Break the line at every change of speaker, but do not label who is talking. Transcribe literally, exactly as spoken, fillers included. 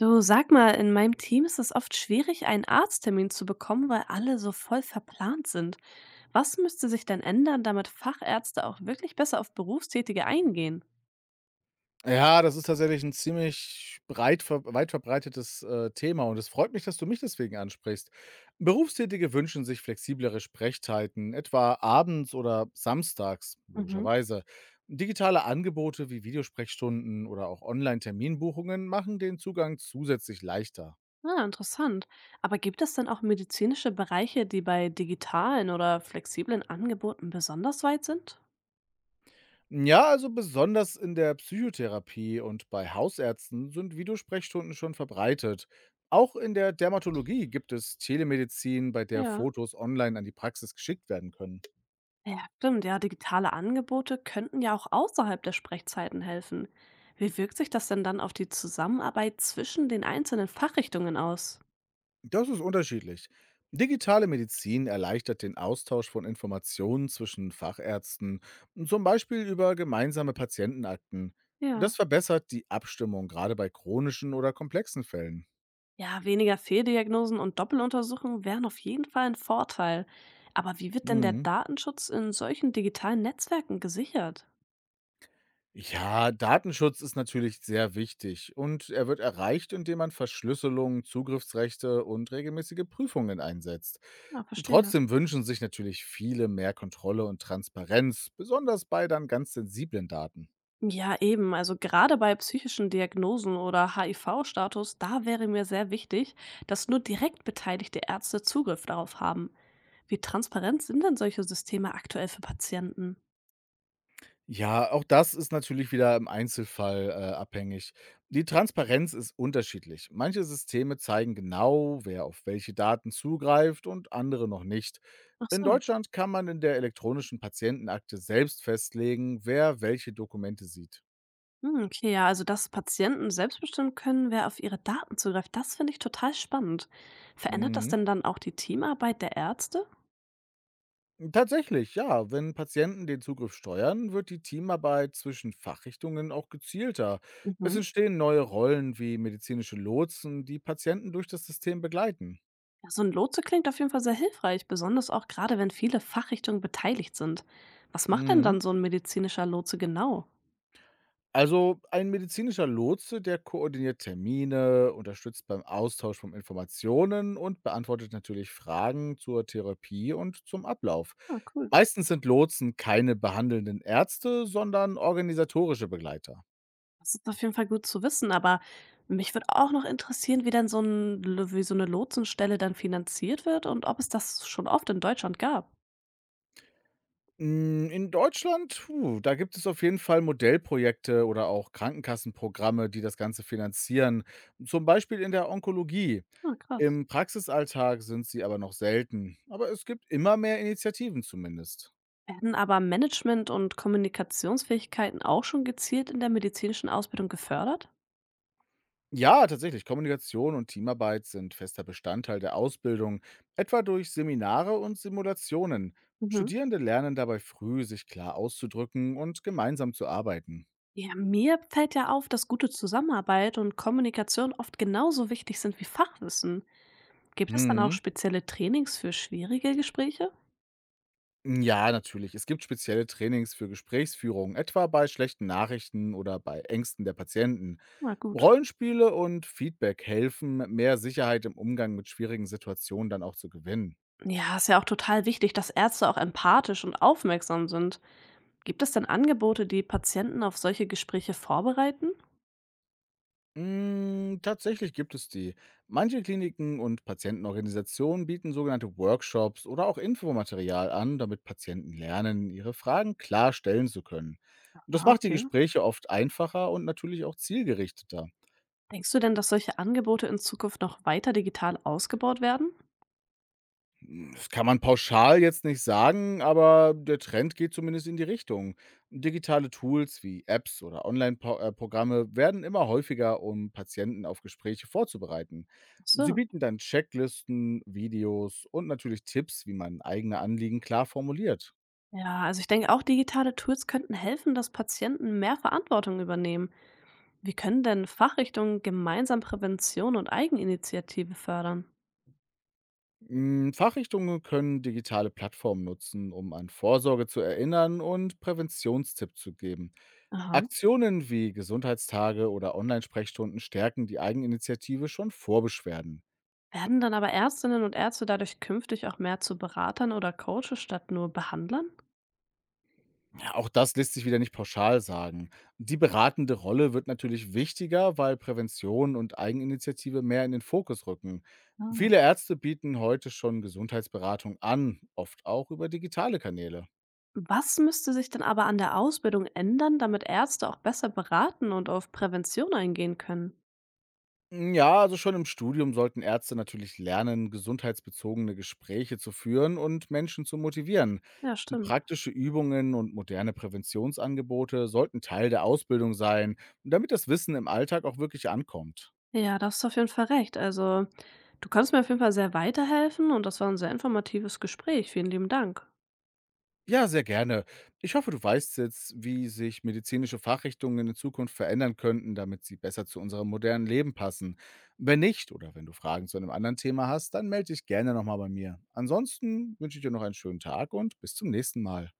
Du, sag mal, in meinem Team ist es oft schwierig, einen Arzttermin zu bekommen, weil alle so voll verplant sind. Was müsste sich denn ändern, damit Fachärzte auch wirklich besser auf Berufstätige eingehen?
Ja, das ist tatsächlich ein ziemlich breit ver weit verbreitetes, äh, Thema und es freut mich, dass du mich deswegen ansprichst. Berufstätige wünschen sich flexiblere Sprechzeiten, etwa abends oder samstags,
Mhm.
logischerweise. Digitale Angebote wie Videosprechstunden oder auch Online-Terminbuchungen machen den Zugang zusätzlich leichter.
Ah, interessant. Aber gibt es denn auch medizinische Bereiche, die bei digitalen oder flexiblen Angeboten besonders weit sind?
Ja, also besonders in der Psychotherapie und bei Hausärzten sind Videosprechstunden schon verbreitet. Auch in der Dermatologie gibt es Telemedizin, bei der
Ja.
Fotos online an die Praxis geschickt werden können.
Ja, stimmt. Ja, digitale Angebote könnten ja auch außerhalb der Sprechzeiten helfen. Wie wirkt sich das denn dann auf die Zusammenarbeit zwischen den einzelnen Fachrichtungen aus?
Das ist unterschiedlich. Digitale Medizin erleichtert den Austausch von Informationen zwischen Fachärzten, zum Beispiel über gemeinsame Patientenakten. Das
Ja.
verbessert die Abstimmung, gerade bei chronischen oder komplexen Fällen.
Ja, weniger Fehldiagnosen und Doppeluntersuchungen wären auf jeden Fall ein Vorteil. Aber wie wird denn der
Mhm.
Datenschutz in solchen digitalen Netzwerken gesichert?
Ja, Datenschutz ist natürlich sehr wichtig und er wird erreicht, indem man Verschlüsselung, Zugriffsrechte und regelmäßige Prüfungen einsetzt.
Ah,
Und
verstehe.
trotzdem wünschen sich natürlich viele mehr Kontrolle und Transparenz, besonders bei dann ganz sensiblen Daten.
Ja, eben. Also gerade bei psychischen Diagnosen oder H I V-Status, da wäre mir sehr wichtig, dass nur direkt beteiligte Ärzte Zugriff darauf haben. Wie transparent sind denn solche Systeme aktuell für Patienten?
Ja, auch das ist natürlich wieder im Einzelfall äh, abhängig. Die Transparenz ist unterschiedlich. Manche Systeme zeigen genau, wer auf welche Daten zugreift und andere noch nicht.
Ach
In
so.
Deutschland kann man in der elektronischen Patientenakte selbst festlegen, wer welche Dokumente sieht.
Hm, okay, ja, also dass Patienten selbst bestimmen können, wer auf ihre Daten zugreift, das finde ich total spannend. Verändert das
Mhm.
denn dann auch die Teamarbeit der Ärzte?
Tatsächlich, ja. Wenn Patienten den Zugriff steuern, wird die Teamarbeit zwischen Fachrichtungen auch gezielter. Es
Mhm.
entstehen neue Rollen wie medizinische Lotsen, die Patienten durch das System begleiten.
Ja, so ein Lotse klingt auf jeden Fall sehr hilfreich, besonders auch gerade, wenn viele Fachrichtungen beteiligt sind. Was macht denn
Mhm.
dann so ein medizinischer Lotse genau?
Also ein medizinischer Lotse, der koordiniert Termine, unterstützt beim Austausch von Informationen und beantwortet natürlich Fragen zur Therapie und zum Ablauf.
Ah, cool.
Meistens sind Lotsen keine behandelnden Ärzte, sondern organisatorische Begleiter.
Das ist auf jeden Fall gut zu wissen, aber mich würde auch noch interessieren, wie denn so, ein, wie so eine Lotsenstelle dann finanziert wird und ob es das schon oft in Deutschland gab.
Mm, In Deutschland, puh, da gibt es auf jeden Fall Modellprojekte oder auch Krankenkassenprogramme, die das Ganze finanzieren. Zum Beispiel in der Onkologie.
Ah, krass.
Im Praxisalltag sind sie aber noch selten. Aber es gibt immer mehr Initiativen zumindest.
Werden aber Management und Kommunikationsfähigkeiten auch schon gezielt in der medizinischen Ausbildung gefördert?
Ja, tatsächlich. Kommunikation und Teamarbeit sind fester Bestandteil der Ausbildung, etwa durch Seminare und Simulationen.
Mhm.
Studierende lernen dabei früh, sich klar auszudrücken und gemeinsam zu arbeiten.
Ja, mir fällt ja auf, dass gute Zusammenarbeit und Kommunikation oft genauso wichtig sind wie Fachwissen. Gibt es dann auch
Hm.
spezielle Trainings für schwierige Gespräche?
Ja, natürlich. Es gibt spezielle Trainings für Gesprächsführung, etwa bei schlechten Nachrichten oder bei Ängsten der Patienten.
Na gut.
Rollenspiele und Feedback helfen, mehr Sicherheit im Umgang mit schwierigen Situationen dann auch zu gewinnen.
Ja, ist ja auch total wichtig, dass Ärzte auch empathisch und aufmerksam sind. Gibt es denn Angebote, die Patienten auf solche Gespräche vorbereiten?
Mm, Tatsächlich gibt es die. Manche Kliniken und Patientenorganisationen bieten sogenannte Workshops oder auch Infomaterial an, damit Patienten lernen, ihre Fragen klar stellen zu können. Und das
Ah,
macht die
okay.
Gespräche oft einfacher und natürlich auch zielgerichteter.
Denkst du denn, dass solche Angebote in Zukunft noch weiter digital ausgebaut werden?
Hm. Das kann man pauschal jetzt nicht sagen, aber der Trend geht zumindest in die Richtung. Digitale Tools wie Apps oder Online-Programme werden immer häufiger, um Patienten auf Gespräche vorzubereiten.
Ach
Sie
so.
bieten dann Checklisten, Videos und natürlich Tipps, wie man eigene Anliegen klar formuliert.
Ja, also ich denke auch, digitale Tools könnten helfen, dass Patienten mehr Verantwortung übernehmen. Wie können denn Fachrichtungen gemeinsam Prävention und Eigeninitiative fördern?
Mm, Fachrichtungen können digitale Plattformen nutzen, um an Vorsorge zu erinnern und Präventionstipps zu geben.
Aha.
Aktionen wie Gesundheitstage oder Online-Sprechstunden stärken die Eigeninitiative schon vor Beschwerden.
Werden dann aber Ärztinnen und Ärzte dadurch künftig auch mehr zu Beratern oder Coaches statt nur Behandlern?
Ja, auch das lässt sich wieder nicht pauschal sagen. Die beratende Rolle wird natürlich wichtiger, weil Prävention und Eigeninitiative mehr in den Fokus rücken.
Ah.
Viele Ärzte bieten heute schon Gesundheitsberatung an, oft auch über digitale Kanäle.
Was müsste sich denn aber an der Ausbildung ändern, damit Ärzte auch besser beraten und auf Prävention eingehen können?
Hm, ja, also schon im Studium sollten Ärzte natürlich lernen, gesundheitsbezogene Gespräche zu führen und Menschen zu motivieren.
Ja, stimmt.
Praktische Übungen und moderne Präventionsangebote sollten Teil der Ausbildung sein, damit das Wissen im Alltag auch wirklich ankommt.
Ja, da hast du auf jeden Fall recht. Also, du kannst mir auf jeden Fall sehr weiterhelfen und das war ein sehr informatives Gespräch. Vielen lieben Dank.
Ja, sehr gerne. Ich hoffe, du weißt jetzt, wie sich medizinische Fachrichtungen in Zukunft verändern könnten, damit sie besser zu unserem modernen Leben passen. Wenn nicht oder wenn du Fragen zu einem anderen Thema hast, dann melde dich gerne nochmal bei mir. Ansonsten wünsche ich dir noch einen schönen Tag und bis zum nächsten Mal.